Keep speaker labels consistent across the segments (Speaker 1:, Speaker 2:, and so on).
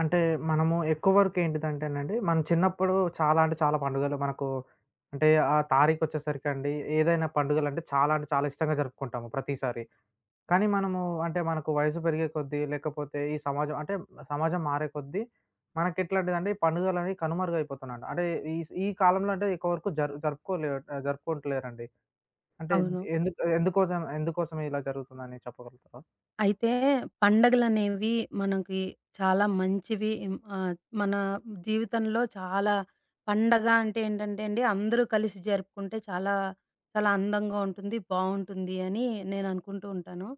Speaker 1: అంటే మనము ఎక్కువ వరకు ఏంటిదంటేనండి, మనం చిన్నప్పుడు చాలా చాలా పండుగలు మనకు అంటే ఆ తారీఖొచ్చేసరికండి, ఏదైనా పండుగలంటే చాలా చాలా ఇష్టంగా జరుపుకుంటాము ప్రతిసారి. కానీ మనము మనకు వయసు పెరిగే కొద్దీ, లేకపోతే ఈ సమాజం, సమాజం మారే కొద్దీ మనకెట్లాంటిదంటే, ఈ పండుగలనేవి కనుమరుగైపోతున్నాయండి. ఈ కాలంలో ఎక్కువ వరకు జరుపుకుంటలేరండి. అంటే
Speaker 2: అవును.
Speaker 1: ఎందుకు, ఎందుకోసం ఎందుకోసం ఇలా జరుగుతుందని చెప్పగలుగుతారా?
Speaker 2: అయితే పండగలనేవి మనకి చాలా మంచివి. మన జీవితంలో చాలా పండగ అంటే ఏంటంటే అండి, అందరూ కలిసి జరుపుకుంటే చాలా, చాలా అందంగా ఉంటుంది, బావుంటుంది అని నేననుకుంటూ ఉంటాను.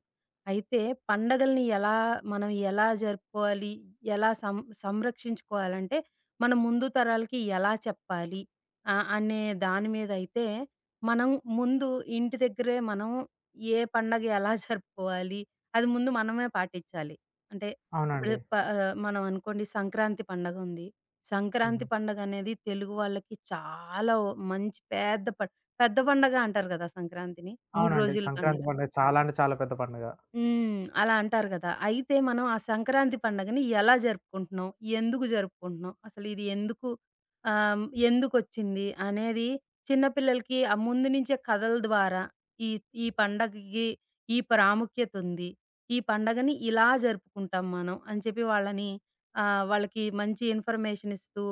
Speaker 2: అయితే పండగల్ని ఎలా మనం ఎలా జరుపుకోవాలి? ఎలా సం సంరక్షించుకోవాలంటే, మన ముందు తరాలకి ఎలా చెప్పాలి? అనే దాని మీదయితే, మనం ముందు ఇంటి దగ్గరే మనం ఏ పండగ ఎలా జరుపుకోవాలి? అది ముందు మనమే పాటించాలి. అంటే ఇప్పుడు
Speaker 1: అవునండి.
Speaker 2: మనం అనుకోండి సంక్రాంతి పండగుంది. సంక్రాంతి
Speaker 1: హుహు.
Speaker 2: పండగనేది తెలుగు వాళ్ళకి చాలా ఓ- మంచి పెద్ద ప పెద్ద పండగ అంటారు గదా! సంక్రాంతిని. 3
Speaker 1: అవునండి.
Speaker 2: రోజుల పండుగ.
Speaker 1: సంక్రాంతి పండుగ చాలా చాలా పెద్ద పండుగ.
Speaker 2: హ్మ్. అలా అంటారు గదా! అయితే మనం ఆ సంక్రాంతి పండగని ఎలా జరుపుకుంటున్నాం? ఎందుకు జరుపుకుంటున్నాం? అసలిది ఎందుకొచ్చింది అనేది చిన్న పిల్లలకి ఆ ముందు నుంచే కథల ద్వారా ఈ ఈ పండగకి ఈ ప్రాముఖ్యతుంది. ఈ పండగని ఇలా జరుపుకుంటాం మనం అని చెప్పి వాళ్ళని వాళ్ళకి మంచి ఇన్ఫర్మేషన్ ఇస్తూ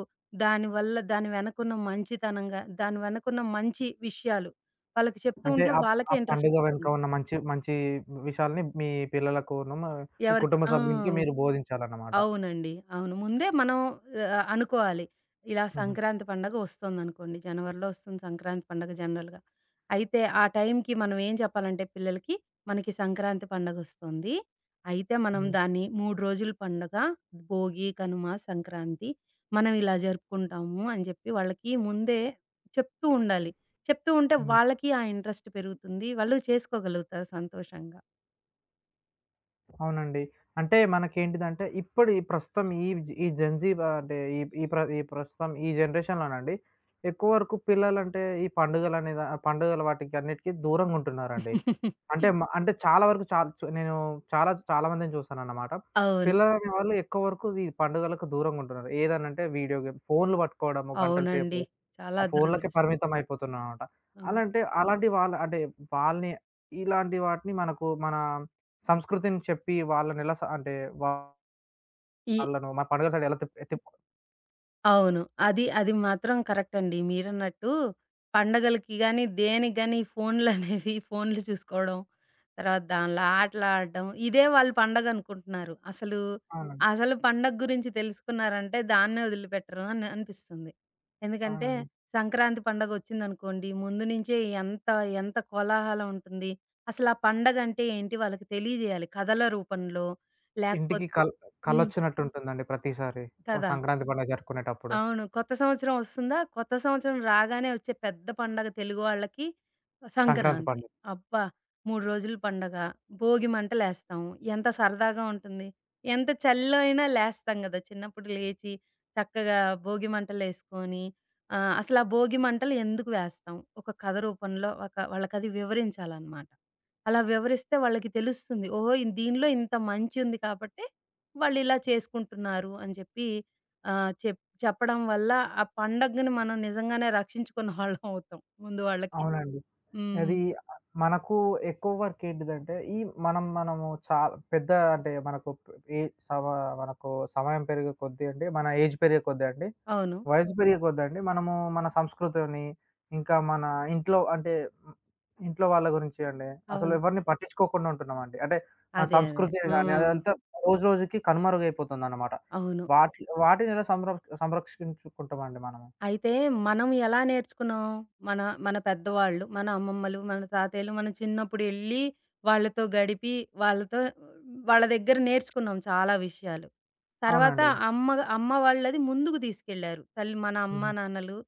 Speaker 2: దానివల్ల దాని వెనకున్న మంచితనంగా దాని వెనకున్న మంచి విషయాలు వాళ్ళకి చెప్తూ
Speaker 1: అంటే
Speaker 2: ఉంటే
Speaker 1: ఆ
Speaker 2: వాళ్ళకే
Speaker 1: ఆ పండుగ వెనుక
Speaker 2: ఇంట్రెస్టొస్తుంది.
Speaker 1: ఉన్న మంచి మంచి విషయాల్ని మీ పిల్లలకును, మీ
Speaker 2: ఎవరికి
Speaker 1: కుటుంబ
Speaker 2: ఆ!
Speaker 1: సభ్యునికి మీరు బోధించాలన్నమాట.
Speaker 2: అవునండి. అవును. ముందే మనం అనుకోవాలి. ఇలా
Speaker 1: హుహు.
Speaker 2: సంక్రాంతి పండగ ఒస్తోందనుకోండి. జనవరిలో ఒస్తుంది సంక్రాంతి పండగ జనరల్‌గా. అయితే ఆ టైంకి మనం ఏం చెప్పాలంటే పిల్లలకి, మనకి సంక్రాంతి పండగొస్తుంది. అయితే మనం
Speaker 1: హ్మ్.
Speaker 2: దాన్ని 3 రోజుల పండగ. భోగి, కనుమ, సంక్రాంతి మనం ఇలా జరుపుకుంటాము అని జెప్పి వాళ్ళకి ముందే చెప్తూ ఉండాలి. చెప్తూ ఉంటే
Speaker 1: హ్మ్.
Speaker 2: వాళ్ళకి ఆ ఇంట్రెస్ట్ పెరుగుతుంది. వాళ్ళు చేసుకోగలుగుతారు సంతోషంగా.
Speaker 1: అవునండి. అంటే మనకేంటిదంటే, ఇప్పుడు ప్రస్తుతం ఈ ఈ జెన్‌జీ బ అంటే ఈ ఈ ప్ర ఈ ప్రస్తుతం ఈ జనరేషన్‌లోనండి, ఎక్కువ వరకు పిల్లలంటే ఈ పండుగలనే దా పండుగల వాటికి అన్నిటికి దూరంగుంటున్నారండి. అంటే మ అంటే చాలా వరకు, చా చు నేను చాలా చాలా మందిని చూసానన్నమాట.
Speaker 2: అవును.
Speaker 1: పిల్లలనే వాళ్ళు ఎక్కువ వరకు ఈ పండుగలకు దూరంగుంటున్నారు. ఏదనంటే వీడియో గేమ్, ఫోన్‌లు పట్టుకోవడము గంటల సేపు.
Speaker 2: అవునండి. చాలా
Speaker 1: ఆ ఫోన్లకే
Speaker 2: దురదృష్టం.
Speaker 1: పరిమితం అయిపోతున్నామనమాట. అలా
Speaker 2: అవును.
Speaker 1: అంటే అలాంటి వాళ్ళ, అంటే వాళ్ళని, ఇలాంటి వాటిని మనకు మన సంస్కృతిని చెప్పి వాళ్ళని ఎలా స అంటే వాళ్ళను
Speaker 2: ఈ
Speaker 1: మన పండుగల సైడ్ ఎలా తిప్ తిప్
Speaker 2: అవును. అది అది మాత్రం కరెక్ట్ అండి. మీరన్నట్టు పండగలకి గాని, దేనికి గాని ఈ ఫోన్‌లనేవి ఫోన్‌లు చూసుకోవడం, తర్వాత దానిలో ఆటలు ఆడడం, ఇదే వాళ్ళు పండగనుకుంటున్నారు. అసలు,
Speaker 1: అవునండి.
Speaker 2: అసలు పండగ గురించి తెలుసుకున్నారంటే దాన్నే వదిలిపెట్టరు అని అనిపిస్తుంది. ఎందుకంటే
Speaker 1: అవునండి.
Speaker 2: సంక్రాంతి పండగొచ్చిందనుకోండి, ముందు నుంచే ఎంత, ఎంత కోలాహలం ఉంటుంది. అసలు ఆ పండగంటే ఏంటి వాళ్ళకి తెలియజేయాలి. కథల రూపంలో
Speaker 1: ఇంటికి
Speaker 2: లేకపోతే
Speaker 1: కల్
Speaker 2: హ్మ్.
Speaker 1: కలొచ్చినట్టుంటుందండి ప్రతిసారి.
Speaker 2: కదా!
Speaker 1: సంక్రాంతి పండుగ జరుపుకునేటప్పుడు.
Speaker 2: అవును. కొత్త సంవత్సరం ఒస్తుందా, కొత్త సంవత్సరం రాగానే ఒచ్చే పెద్ద పండగ తెలుగు వాళ్ళకి
Speaker 1: సంక్రాంతి
Speaker 2: సంక్రాంతి.
Speaker 1: పండుగ.
Speaker 2: అబ్బా! 3 రోజులు పండగ. భోగి మంటలేస్తాం. ఎంత సరదాగా ఉంటుంది. ఎంత చలిలో అయినా లేస్తాం గదా! చిన్నప్పుడు లేచి చక్కగా భోగి మంటలేసుకొని అసలు ఆ భోగి మంటలు ఎందుకు వేస్తాం? ఒక కథ రూపంలో ఒక వాళ్ళకది వివరించాలనమాట. అలా వివరిస్తే వాళ్ళకి తెలుస్తుంది. ఓహో! దీనిలో ఇంత మంచుంది కాబట్టే వాళ్ళిలా చేసుకుంటున్నారు అని చెప్పి ఆహ్, చె చెప్పడం వల్ల ఆ పండగని మనం నిజంగానే రక్షించుకున్న వాళ్ళం అవుతాం. ముందు వాళ్ళకి.
Speaker 1: అవునండి.
Speaker 2: హ్మ్.
Speaker 1: అది మనకు ఎక్కువ వర్క్ ఏంటిదంటే, ఈ మనం మనము చా పెద్ద అంటే మనకు ఏ సమ మనకు సమయం పెరిగే కొద్దీ అండి, మన ఏజ్ పెరిగే కొద్దీ అండి,
Speaker 2: అవును.
Speaker 1: వయసు పెరిగే కొద్దీ అండి, మనము మన సంస్కృతిని, ఇంకా మన ఇంట్లో, ఉమ్, ఇంట్లో వాళ్ళ గురించి అండి, అసలు
Speaker 2: అవును.
Speaker 1: ఎవరిని పట్టించుకోకుండా ఉంటున్నామండి. అంటే మన
Speaker 2: అదే.
Speaker 1: సంస్కృతిని
Speaker 2: ఆ!
Speaker 1: గాని అదంతా రోజురోజుకి కనుమరుగైపోతుందన్నమాట.
Speaker 2: అవును.
Speaker 1: వాటిని ఎలా సంరక్షించుకుంటామండి మనము.
Speaker 2: అయితే మనం ఎలా నేర్చుకున్నాం? మన మన పెద్దవాళ్ళు, మన అమ్మమ్మలు, మన తాతయ్యలు మనం చిన్నప్పుడెళ్ళి వాళ్ళతో గడిపి, వాళ్ళతో వాళ్ళ దగ్గర నేర్చుకున్నాం చాలా విషయాలు. తర్వాత
Speaker 1: అవునండి.
Speaker 2: అమ్మ అమ్మ వాళ్ళది ముందుకు తీసుకెళ్లారు. తల్లి మన అమ్మ,
Speaker 1: హ్మ్.
Speaker 2: నాన్నలు,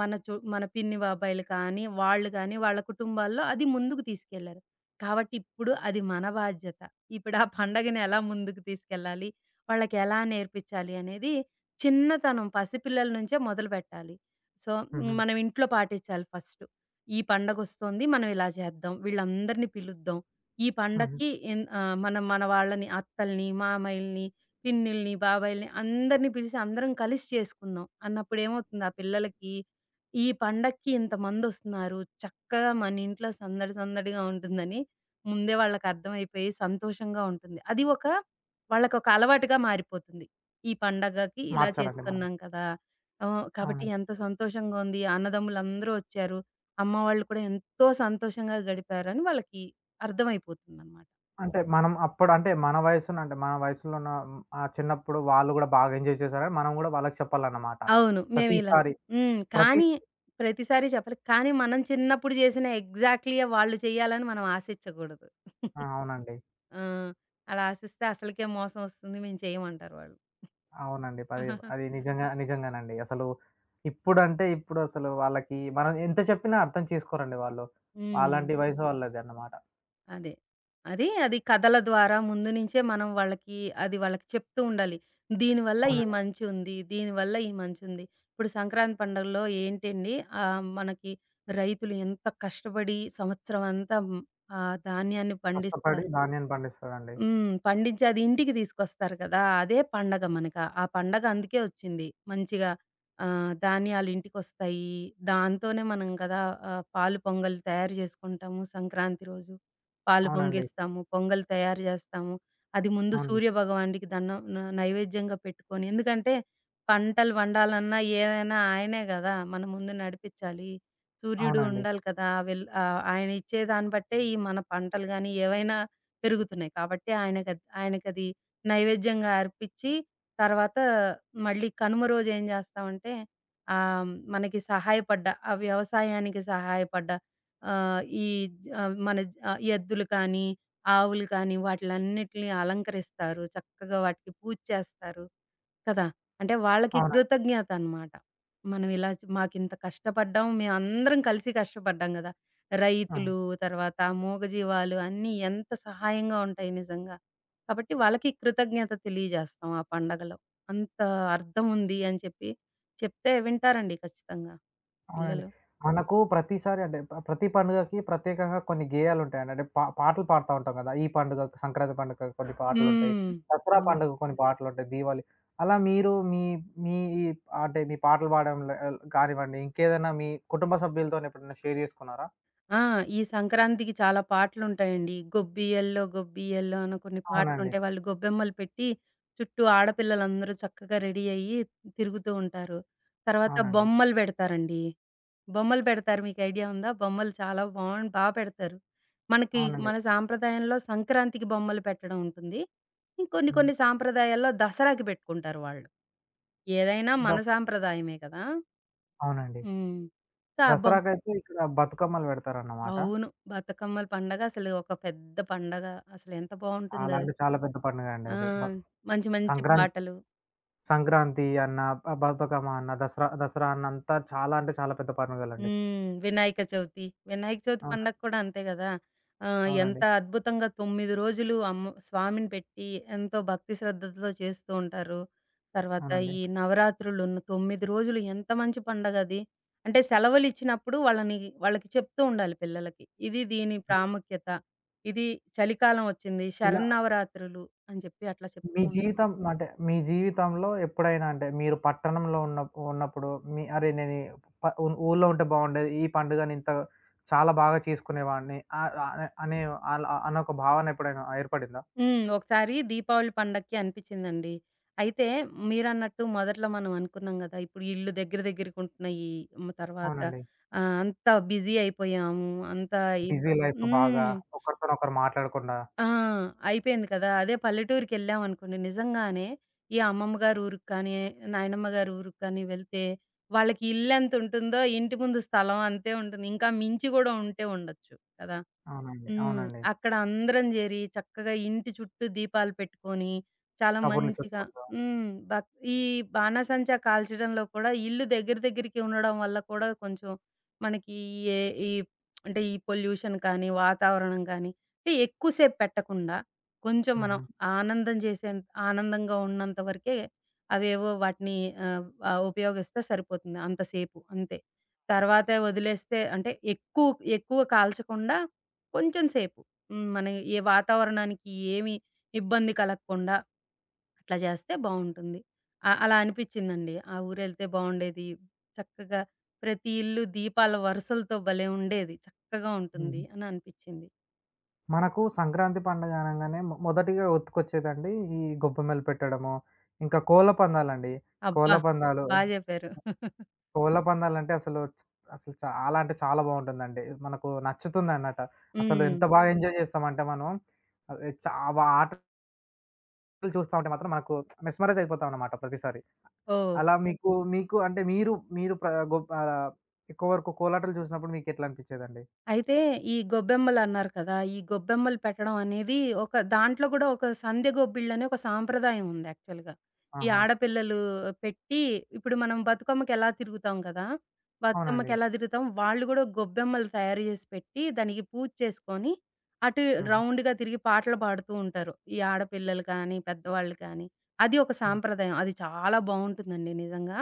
Speaker 2: మన పిన్ని బాబాయిలు కానీ, వాళ్ళు కానీ వాళ్ళ కుటుంబాల్లో అది ముందుకు తీసుకెళ్లారు. కాబట్టి ఇప్పుడు అది మన బాధ్యత. ఇప్పుడు ఆ పండగని ఎలా ముందుకు తీసుకెళ్ళాలి? వాళ్ళకి ఎలా నేర్పించాలి అనేది చిన్నతనం పసిపిల్లల నుంచే మొదలుపెట్టాలి. సో,
Speaker 1: హుహు.
Speaker 2: మనం ఇంట్లో పాటించాలి ఫస్టు. ఈ పండగొస్తోంది. మనం ఇలా చేద్దాం. వీళ్ళందరిని పిలుద్దాం. ఈ
Speaker 1: హుహు.
Speaker 2: పండక్కి మనం మన వాళ్ళని అత్తల్ని, మామయ్యల్ని, పిన్నిల్ని, బాబాయిల్ని అందరిని పిలిసి అందరం కలిసి చేసుకుందాం అన్నప్పుడు ఏమవుతుంది ఆ పిల్లలకి ఈ పండక్కి ఇంతమందొస్తున్నారు. చక్కగా మన ఇంట్లో సందడి సందడిగా ఉంటుందని ముందే వాళ్ళకర్థమైపోయి సంతోషంగా ఉంటుంది. అది ఒక వాళ్ళకొక అలవాటుగా మారిపోతుంది. ఈ పండగకి ఇలా
Speaker 1: మార్చాలండి మనం.
Speaker 2: చేసుకున్నాం కదా! కాబట్టి
Speaker 1: అవును.
Speaker 2: ఎంత సంతోషంగా ఉంది. అన్నదమ్ములందరూ ఒచ్చారు. అమ్మ వాళ్ళు కూడా ఎంతో సంతోషంగా గడిపారని వాళ్ళకి అర్థమైపోతుందనమాట.
Speaker 1: అంటే మనం అప్పుడు, అంటే మన వయసున, అంటే మన వయసులో ఉన్న, ఆ చిన్నప్పుడు వాళ్ళు గూడా బాగా ఎంజాయ్ చేశారని మనం గూడా వాళ్ళకి చెప్పాలన్నమాట.
Speaker 2: అవును.
Speaker 1: ప్రతిసారి
Speaker 2: హ్మ్.
Speaker 1: ప్రతి
Speaker 2: కానీ ప్రతిసారి చెప్పలేం. కానీ మనం చిన్నప్పుడు చేసిన ఎగ్జాక్ట్‌లీయే వాళ్ళు చేయాలని మనం ఆశిచ్చకూడదు.
Speaker 1: ఆ! అవునండి.
Speaker 2: ఆ! అలా ఆశిస్తే అసలకే మోసం ఒస్తుంది. మేము చేయమంటారు వాళ్ళు.
Speaker 1: అవునండి. అది నిజంగానండి. అసలు ఇప్పుడు అసలు వాళ్ళకి మనం ఎంత చెప్పినా అర్థం చేసుకోరండి వాళ్ళు.
Speaker 2: హ్మ్.
Speaker 1: అలాంటి వయసు వాళ్ళది అన్నమాట.
Speaker 2: అదే. అది కథల ద్వారా ముందు నుంచే మనం వాళ్ళకి అది వాళ్ళకి చెప్తూ ఉండాలి. దీనివల్ల ఈ
Speaker 1: అవునండి.
Speaker 2: మంచుంది. దీనివల్ల ఈ మంచుంది. ఇప్పుడు సంక్రాంతి పండుగలో ఏంటండి మనకి రైతులు ఎంత కష్టపడి సంవత్సరం అంతా హ్మ్, ఆ ధాన్యాన్ని
Speaker 1: కష్టపడి
Speaker 2: పండిస్తారు.
Speaker 1: ధాన్యం పండిస్తారండి.
Speaker 2: హ్మ్. పండించి అది ఇంటికి తీసుకొస్తారు కదా! అదే పండగ మనక. ఆ పండగ అందుకే వచ్చింది. మంచిగా ధాన్యాలు ఇంటికొస్తాయి. దాంతోనే మనం కదా పాలు పొంగల్ తయారు చేసుకుంటాము. సంక్రాంతి రోజు పాలు
Speaker 1: అవునండి.
Speaker 2: పొంగిస్తాము. పొంగల్ తయారు చేస్తాము. అది ముందు
Speaker 1: అవును.
Speaker 2: సూర్య భగవానుడికి దండం నైవేద్యంగా పెట్టుకొని ఎందుకంటే పంటలు పండాలన్నా ఏదైనా ఆయనే కదా! మన ముందు నడిపించాలి. సూర్యుడు
Speaker 1: అవునండి.
Speaker 2: ఉండాలి కదా! ఆయన ఇచ్చే దాన్ని బట్టే ఈ మన పంటలు గాని ఏవైనా పెరుగుతున్నాయి. కాబట్టి ఆయనకది నైవేద్యంగా అర్పించి, తర్వాత మళ్ళీ కనుమ రోజేం జేస్తామంటే, మనకి సహాయపడ్డ ఆ వ్యవసాయానికి సహాయపడ్డ ఆహ్, ఈ జ ఆ, మన జ ఆ, ఎద్దులు కానీ, ఆవులు కానీ వాటిలన్నిటిని అలంకరిస్తారు. చక్కగా వాటికి పూజ చేస్తారు. కదా! అంటే వాళ్ళకి
Speaker 1: అవునండి.
Speaker 2: కృతజ్ఞత అన్నమాట. మనం ఇలా చ్ మాకింత కష్టపడ్డాం. మేమందరం కలిసి కష్టపడ్డాం గదా!
Speaker 1: ఆ!
Speaker 2: రైతులు, తర్వాత మూగజీవాలు అన్నీ ఎంత సహాయంగా ఉంటాయి నిజంగా. కాబట్టి వాళ్ళకి కృతజ్ఞత తెలియజేస్తాం ఆ పండగలో. అంత అర్థం ఉంది అని చెప్పి చెప్తే వింటారండి ఖచ్చితంగా
Speaker 1: అవునండి.
Speaker 2: పిల్లలు.
Speaker 1: మనకు ప్రతిసారి, అంటే ప ప్రతి పండుగకి ప్రత్యేకంగా కొన్ని గేయాలుంటాయండి. అంటే పాటలు పాడుతా ఉంటాం గదా! ఈ పండుగకు, సంక్రాంతి పండుగకు కొన్ని పాటలుంటాయి.
Speaker 2: హ్మ్.
Speaker 1: దసరా
Speaker 2: అవును.
Speaker 1: పండుగ కొన్ని పాటలుంటాయి. దీవాళి, అలా మీరు మీ మీ ఈ, అంటే మీ పాటలు పాడడంలో కానివ్వండి, ఇంకేదైనా మీ కుటుంబ సభ్యులతోని ఎప్పుడైనా షేర్ జేసుకున్నారా?
Speaker 2: ఆ! ఈ సంక్రాంతికి చాలా పాటలుంటాయండి. 'గొబ్బియ్యల్లో గొబ్బియ్యల్లో' అని కొన్ని
Speaker 1: అవునండి.
Speaker 2: పాటలుంటాయి. వాళ్ళు గొబ్బెమ్మలు పెట్టి చుట్టూ ఆడపిల్లలందరూ చక్కగా రెడీ అయ్యి తిరుగుతూ ఉంటారు. తర్వాత
Speaker 1: అవునండి.
Speaker 2: బొమ్మలు పెడతారండి. బొమ్మలు పెడతారు. మీకు ఐడియా ఉందా? బొమ్మలు చాలా బావుం బా పెడతారు. మనకి
Speaker 1: అవునండి.
Speaker 2: మన సాంప్రదాయంలో సంక్రాంతికి బొమ్మలు పెట్టడం ఉంటుంది.
Speaker 1: హ్మ్.
Speaker 2: కొన్ని సాంప్రదాయాల్లో దసరాకి పెట్టుకుంటారు వాళ్ళు. ఏదైనా మన
Speaker 1: ద
Speaker 2: సాంప్రదాయమే కదా!
Speaker 1: అవునండి.
Speaker 2: హ్మ్. సో, ఆ బొమ్
Speaker 1: దసరాకైతే ఇక్కడ బతుకమ్మలు పెడతారన్నమాట.
Speaker 2: అవును. బతుకమ్మల పండగ అసలు ఒక పెద్ద పండగ. అసలెంత
Speaker 1: చాలా
Speaker 2: బావుంటుందది.
Speaker 1: చాలా పెద్ద పండుగండి
Speaker 2: ఆ!
Speaker 1: అది.
Speaker 2: మంచి మంచి
Speaker 1: సంక్రాంతి,
Speaker 2: పాటలు.
Speaker 1: సంక్రాంతి అన్న, బతుకమ్మ అన్న, దసరా దసరా అన్న అంతా చాలా చాలా పెద్ద పండుగలండి.
Speaker 2: హ్మ్. వినాయక చవితి. వినాయక చవితి పండగ
Speaker 1: అవునండి.
Speaker 2: కూడా అంతే గదా! ఎంత
Speaker 1: అవునండి.
Speaker 2: అద్భుతంగా 9 రోజులు అమ్మ స్వామిని పెట్టి ఎంతో భక్తి శ్రద్ధలతో చేస్తూ ఉంటారు. తర్వాత
Speaker 1: అవునండి.
Speaker 2: ఈ నవరాత్రులు 9 రోజులు ఎంత మంచి పండగది. అంటే సెలవులిచ్చినప్పుడు వాళ్ళని వాళ్ళకి చెప్తూ ఉండాలి పిల్లలకి. ఇది దీని
Speaker 1: హ్మ్.
Speaker 2: ప్రాముఖ్యత. ఇది చలికాలం ఒచ్చింది.
Speaker 1: ఇలా
Speaker 2: శరన్నవరాత్రులు అని చెప్పి అట్లా
Speaker 1: మీ
Speaker 2: చెప్తూ
Speaker 1: జీవితం, అంటే మీ జీవితంలో ఎప్పుడైనా, అంటే మీరు పట్టణంలో ఉన్నప్పుడు మీ, అరే! నేను ఈ ప ఊ ఊర్లో ఉంటే బాగుండేది. ఈ పండుగని ఇంత చాలా బాగా చేసుకునేవాడిని, ఆహ్, ఆహ్, అనే అలా అనే ఒక భావన ఎప్పుడైనా ఏర్పడిందా?
Speaker 2: హ్మ్. ఒకసారి దీపావళి పండక్కి అనిపిచ్చిందండి. అయితే మీరన్నట్టు మొదట్లో మనం అనుకున్నాం గదా! ఇప్పుడు ఇల్లు దగ్గర దగ్గరకుంటున్నాయి. హ్మ్. తర్వాత
Speaker 1: అవునండి.
Speaker 2: అంతా బిజీ అయిపోయాము. అంతా ఇబ్
Speaker 1: బిజీ లైఫ్ బాగా,
Speaker 2: హ్మ్.
Speaker 1: ఒకరితోనొకరు మాట్లాడకుండా.
Speaker 2: ఆ! అయిపోయింది కదా! అదే పల్లెటూరికెళ్ళామనుకోండి నిజంగానే ఈ అమ్మమ్మ గారి ఊరికి కానీ, నాయనమ్మ గారి ఊరికి కానీ వెళ్తే వాళ్ళకి ఇల్లెంతుంటుందో ఇంటి ముందు స్థలం అంతే ఉంటుంది. ఇంకా మించి గూడా ఉంటే ఉండొచ్చు కదా!
Speaker 1: అవునండి.
Speaker 2: హ్మ్.
Speaker 1: అవునండి.
Speaker 2: అక్కడ అందరం జేరి చక్కగా ఇంటి చుట్టూ దీపాలు పెట్టుకొని, చాలా
Speaker 1: కబుర్లు
Speaker 2: మంచిగా
Speaker 1: చెప్పుకుంటూ.
Speaker 2: హ్మ్. బక్ ఈ బాణాసంచా కాల్చడంలో కూడా ఇల్లు దగ్గర దగ్గరికి ఉండడం వల్ల కూడా కొంచెం మనకి ఏ ఈ అంటే ఈ పొల్యూషన్ కానీ, వాతావరణం కానీ అంటే ఎక్కువ సేపు పెట్టకుండా కొంచెం మనం
Speaker 1: హుహు.
Speaker 2: ఆనందం చేసేంత ఆనందంగా ఉన్నంత వరకే అవేవో వాటిని ఆహ్, ఆహ్, ఉపయోగిస్తే సరిపోతుంది అంతసేపు అంతే. తర్వాత వదిలేస్తే అంటే ఎక్కువ ఎక్కువ కాల్చకుండా కొంచెం సేపు. హ్మ్. మన ఏ వాతావరణానికి ఏమి ఇబ్బంది కలగకుండా అట్లా చేస్తే బావుంటుంది. అలా అనిపిచ్చిందండి. ఆ ఊరెళ్తే బావుండేది. చక్కగా ప్రతి ఇల్లు దీపాల వరుసలతో భలే ఉండేది. చక్కగా ఉంటుంది
Speaker 1: హ్మ్.
Speaker 2: అని అనిపిచ్చింది.
Speaker 1: మనకు సంక్రాంతి పండగ అనంగానే మొదటిగా గుర్తుకొచ్చేదండి ఈ గొబ్బెమ్మలు పెట్టడము, ఇంకా కోళ్ళ పందాలండి.
Speaker 2: అబ్బా!
Speaker 1: కోళ్ళ పందాలు,
Speaker 2: బా జెప్పారు.
Speaker 1: కోళ్ళ పందాలంటే అసలు, అసలు చాలా చాలా బావుంటుందండి. మనకు నచ్చుతుందన్నట. అసలు
Speaker 2: హ్మ్.
Speaker 1: ఎంత బాగా ఎంజాయ్ చేస్తామంటే మనం అదే చా వ ఆటలు చూస్తా ఉంటే మాత్రం మనకు మెస్మరైజ్ అయిపోతామన్నమాట ప్రతిసారి.
Speaker 2: ఓహ్!
Speaker 1: అలా మీకు, మీకు అంటే మీరు, మీరు ప్ర గొ ఆహ్, ఎక్కువ వరకు కోలాటలు చూసినప్పుడు మీకెట్లా అనిపిచ్చేదండి?
Speaker 2: అయితే ఈ గొబ్బెమ్మలన్నారు కదా! ఈ గొబ్బెమ్మలు పెట్టడం అనేది ఒక దాంట్లో గూడా ఒక సందె గొబ్బిళ్ళని ఒక సాంప్రదాయం ఉంది యాక్చువల్‌గా. ఈ
Speaker 1: ఆహా!
Speaker 2: ఆడపిల్లలు పెట్టి ఇప్పుడు మనం బతుకమ్మకెలా తిరుగుతాం కదా!
Speaker 1: అవునండి.
Speaker 2: బతుకమ్మకెలా తిరుగుతాం, వాళ్ళు గూడా గొబ్బెమ్మలు తయారు జేసి పెట్టి, దానికి పూజ చేసుకొని, అటు
Speaker 1: హుహు.
Speaker 2: రౌండ్‌గా తిరిగి పాటలు పాడుతూ ఉంటారు. ఈ ఆడపిల్లలు కానీ, పెద్దవాళ్ళు కానీ. అది ఒక
Speaker 1: హ్మ్.
Speaker 2: సాంప్రదాయం. అది చాలా బావుంటుందండి నిజంగా.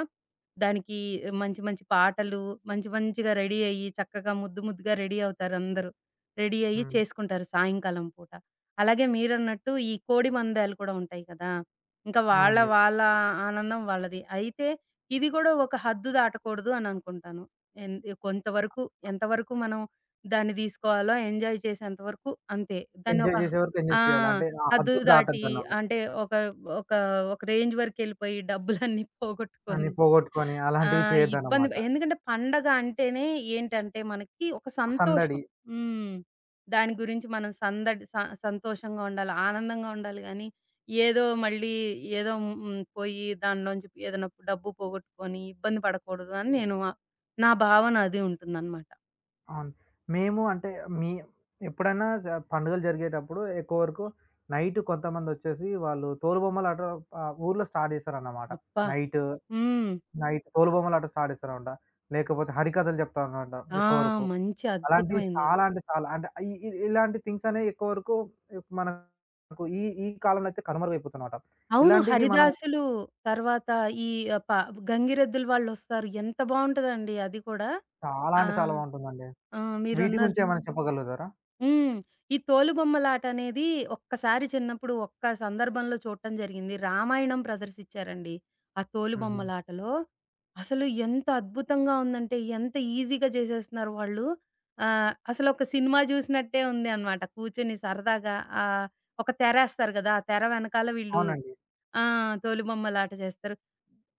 Speaker 2: దానికి మంచి మంచి పాటలు, మంచి మంచిగా రెడీ అయ్యి, చక్కగా ముద్దు ముద్దుగా రెడీ అవుతారందరూ. రెడీ అయ్యి
Speaker 1: హ్మ్.
Speaker 2: చేసుకుంటారు సాయంకాలం పూట. అలాగే మీరన్నట్టు ఈ కోడి పందాలు కూడా ఉంటాయి కదా! ఇంకా వాళ్ళ
Speaker 1: అవునండి.
Speaker 2: వాళ్ళ ఆనందం వాళ్ళది. అయితే ఇది కూడా ఒక హద్దు దాటకూడదు అని అనుకుంటాను. ఎన్ కొంతవరకు ఎంతవరకు మనం దాన్ని తీసుకోవాలో ఎంజాయ్ చేసేంత వరకు అంతే. దాన్ని ఒక
Speaker 1: ఎంజాయ్ చేసే వరకు ఎంజాయ్
Speaker 2: ఆ!
Speaker 1: చేయాలి. అంటే ఆ
Speaker 2: హద్దు
Speaker 1: హద్దు
Speaker 2: దాటి
Speaker 1: దాటొద్దన్నమాట.
Speaker 2: అంటే ఒక ఒక ఒక రేంజ్ వరకెళ్ళిపోయి డబ్బులన్నీ
Speaker 1: అన్ని
Speaker 2: పోగొట్టుకొని
Speaker 1: పోగొట్టుకొని
Speaker 2: ఆ!
Speaker 1: అలాంటివి చేయొద్దన్నమాట.
Speaker 2: ఎందుకంటే పండగ అంటేనే ఏంటంటే మనకి ఒక సంతోషం.
Speaker 1: సందడి.
Speaker 2: హ్మ్. దాని గురించి మనం సందడి స సంతోషంగా ఉండాలి, ఆనందంగా ఉండాలి గానీ, ఏదో మళ్ళీ ఏదో పోయి దానిలోంచి ఏదైనా డబ్బు పోగొట్టుకొని ఇబ్బంది పడకూడదు అని నేను నా భావన అది ఉంటుందన్నమాట.
Speaker 1: అవును. మేము అంటే మీ ఎప్పుడైనా పండుగలు జరిగేటప్పుడు ఎక్కువ వరకు నైట్ కొంతమందొచ్చేసి వాళ్ళు తోలుబొమ్మలాట, ఊర్లో స్టార్ట్ చేశారన్నమాట.
Speaker 2: అబ్బా!
Speaker 1: నైట్,
Speaker 2: హ్మ్.
Speaker 1: నైట్ తోలుబొమ్మలాట స్టార్ట్ చేశారన్నమాట. లేకపోతే హరికథలు చెప్తారన్నమాట
Speaker 2: ఆ!
Speaker 1: ఎక్కువ వరకు.
Speaker 2: మంచి
Speaker 1: అలాంటివి
Speaker 2: అద్భుతమైనదది.
Speaker 1: చాలా చాలా అంటే ఇ ఇ ఇలాంటి థింగ్స్ అనేవి ఎక్కువ వరకు మనకు ఈ ఈ కాలంలో అయితే కనుమరుగైపోతున్నమాట.
Speaker 2: అవును.
Speaker 1: ఇలాంటివి మనం,
Speaker 2: 'హరిదాసులు' తర్వాత ఈ ఆహ్, ప 'గంగిరెద్దులు' వాళ్ళొస్తారు. ఎంత బావుంటదండి అది కూడా.
Speaker 1: చాలా
Speaker 2: ఆ!
Speaker 1: చాలా బావుంటుందండి.
Speaker 2: ఆ!
Speaker 1: వీటి
Speaker 2: మీరున్నారు.
Speaker 1: గురించి ఏమైనా హ్మ్. చెప్పగలుగుతారా?
Speaker 2: హ్మ్. ఈ తోలుబొమ్మలాటనేది ఒక్కసారి చిన్నప్పుడు ఒక్క సందర్భంలో చూడటం జరిగింది. రామాయణం ప్రదర్శించారండి. ఆ
Speaker 1: హుహు.
Speaker 2: తోలుబొమ్మలాటలో. అసలు ఎంత అద్భుతంగా ఉందంటే, ఎంత ఈజీగా చేసేస్తున్నారు వాళ్ళు. అసలొక సినిమా చూసినట్టే ఉంది అనమాట. కూర్చొని సరదాగా ఆహ్, ఒక తెరేస్తారు గదా! ఆ తెర వెనకాల వీళ్ళు
Speaker 1: అవునండి.
Speaker 2: ఆ! తోలుబొమ్మలాట చేస్తారు.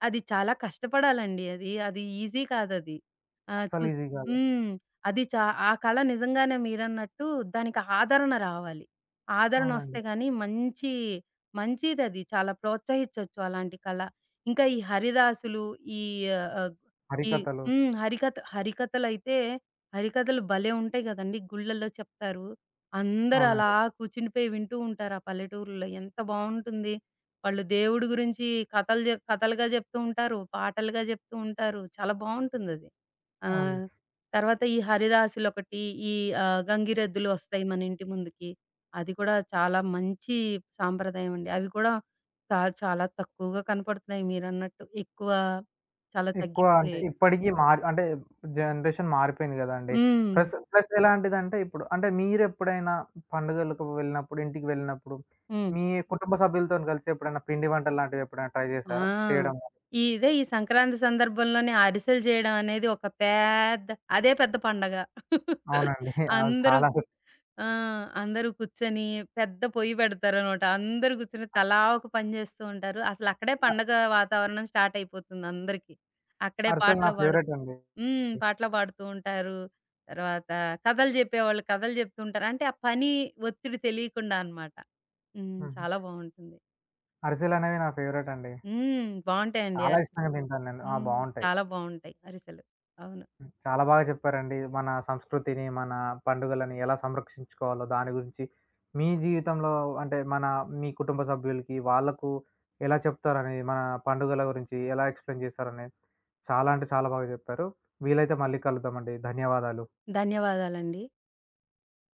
Speaker 2: అది చాలా కష్టపడాలండి అది. అది ఈజీ కాదది. ఆహ్,
Speaker 1: అస్సలు
Speaker 2: చూస్
Speaker 1: ఈజీ కాదు.
Speaker 2: హ్మ్. అది చా ఆ కళ నిజంగానే మీరన్నట్టు దానికి ఆదరణ రావాలి. ఆదరణ వస్తే
Speaker 1: అవునండి.
Speaker 2: గాని మంచి మంచిదది. చాలా ప్రోత్సహించొచ్చు అలాంటి కళ. ఇంకా ఈ హరిదాసులు ఈ ఆహ్, ఈ
Speaker 1: హరికథలు.
Speaker 2: హ్మ్. హరికథలైతే హరికథలు భలే ఉంటాయి కదండీ! గుళ్ళల్లో చెప్తారు. అందరూ అలా
Speaker 1: అవునండి.
Speaker 2: కూర్చునిపోయి వింటూ ఉంటారు ఆ పల్లెటూరులో. ఎంత బావుంటుంది. వాళ్ళు దేవుడి గురించి కథలుగా జెప్తూ ఉంటారు. పాటలుగా జెప్తూ ఉంటారు. చాలా బావుంటుందది.
Speaker 1: అవునండి.
Speaker 2: ఆహ్, తర్వాత ఈ హరిదాసులొకటి, ఈ గంగిరెద్దులు ఒస్తాయి మన ఇంటి ముందుకి. అది కూడా చాలా మంచి సాంప్రదాయం అండి. అవి కూడా చాలా తక్కువగా కనపడుతున్నాయి మీరన్నట్టు. చాలా
Speaker 1: ఎక్కువ అంటే
Speaker 2: తగ్గిపోయాయి.
Speaker 1: ఇప్పటికి మారి, అంటే జనరేషన్ మారిపోయింది గదండీ.
Speaker 2: హ్మ్.
Speaker 1: ప్లస్ ఎలాంటిదంటే ఇప్పుడు అంటే మీరెప్పుడైనా పండుగలకు వెళ్ళినప్పుడు, ఇంటికి వెళ్ళినప్పుడు
Speaker 2: హ్మ్.
Speaker 1: మీ కుటుంబ సభ్యులతోని కలిసి ఎప్పుడైనా పిండి వంటలు లాంటివి ఎప్పుడైనా ట్రై చేశారా?
Speaker 2: ఆ!
Speaker 1: చేయడం గాని?
Speaker 2: ఈ సంక్రాంతి సందర్భంలోనే అరిసెలు జేయడం అనేది ఒక పెద్ద అదే పెద్ద పండగ.
Speaker 1: అవునండి. అవును.
Speaker 2: అందరూ
Speaker 1: చాలా
Speaker 2: ఆ! అందరూ కూర్చొని పెద్ద పొయ్యి పెడతారనమాట. అందరూ కూర్చొని తలా ఒక పని జేస్తూ ఉంటారు. అసలక్కడే
Speaker 1: అ
Speaker 2: పండగ వాతావరణం స్టార్ట్ అయిపోతుంది అందరికి. అక్కడే
Speaker 1: అరిసెలు నా
Speaker 2: పాటలు పాడు
Speaker 1: ఫేవరెట్ అండి.
Speaker 2: హ్మ్. పాటలు పాడుతూ ఉంటారు. తర్వాత కథలు జెప్పేవాళ్ళు కథలు జెప్తూ ఉంటారు. అంటే ఆ పని ఒత్తిడి తెలియకుండా అనమాట. హ్మ్.
Speaker 1: హుహు.
Speaker 2: చాలా బావుంటుంది.
Speaker 1: అరిసెలనేవి నా ఫేవరెట్ అండి.
Speaker 2: హ్మ్. బావుంటాయండి
Speaker 1: చాలా
Speaker 2: అరిసెలు.
Speaker 1: ఇష్టంగా తింటాను నేను. ఆ!
Speaker 2: హ్మ్.
Speaker 1: బావుంటాయి.
Speaker 2: చాలా బావుంటాయి అరిసెలు. అవును.
Speaker 1: హ్మ్. చాలా బాగా చెప్పారండి. మన సంస్కృతిని, మన పండుగలని ఎలా సంరక్షించుకోవాలో దాని గురించి, మీ జీవితంలో, అంటే మన, మీ కుటుంబ సభ్యులకి, వాళ్ళకు ఎలా చెప్తారనేది, మన పండుగల గురించి ఎలా ఎక్స్‌ప్లెయిన్ చేస్తారనేది చాలా చాలా బాగా చెప్పారు. వీలైతే మళ్ళీ కలుద్దామండి. ధన్యవాదాలు.
Speaker 2: ధన్యవాదాలండి.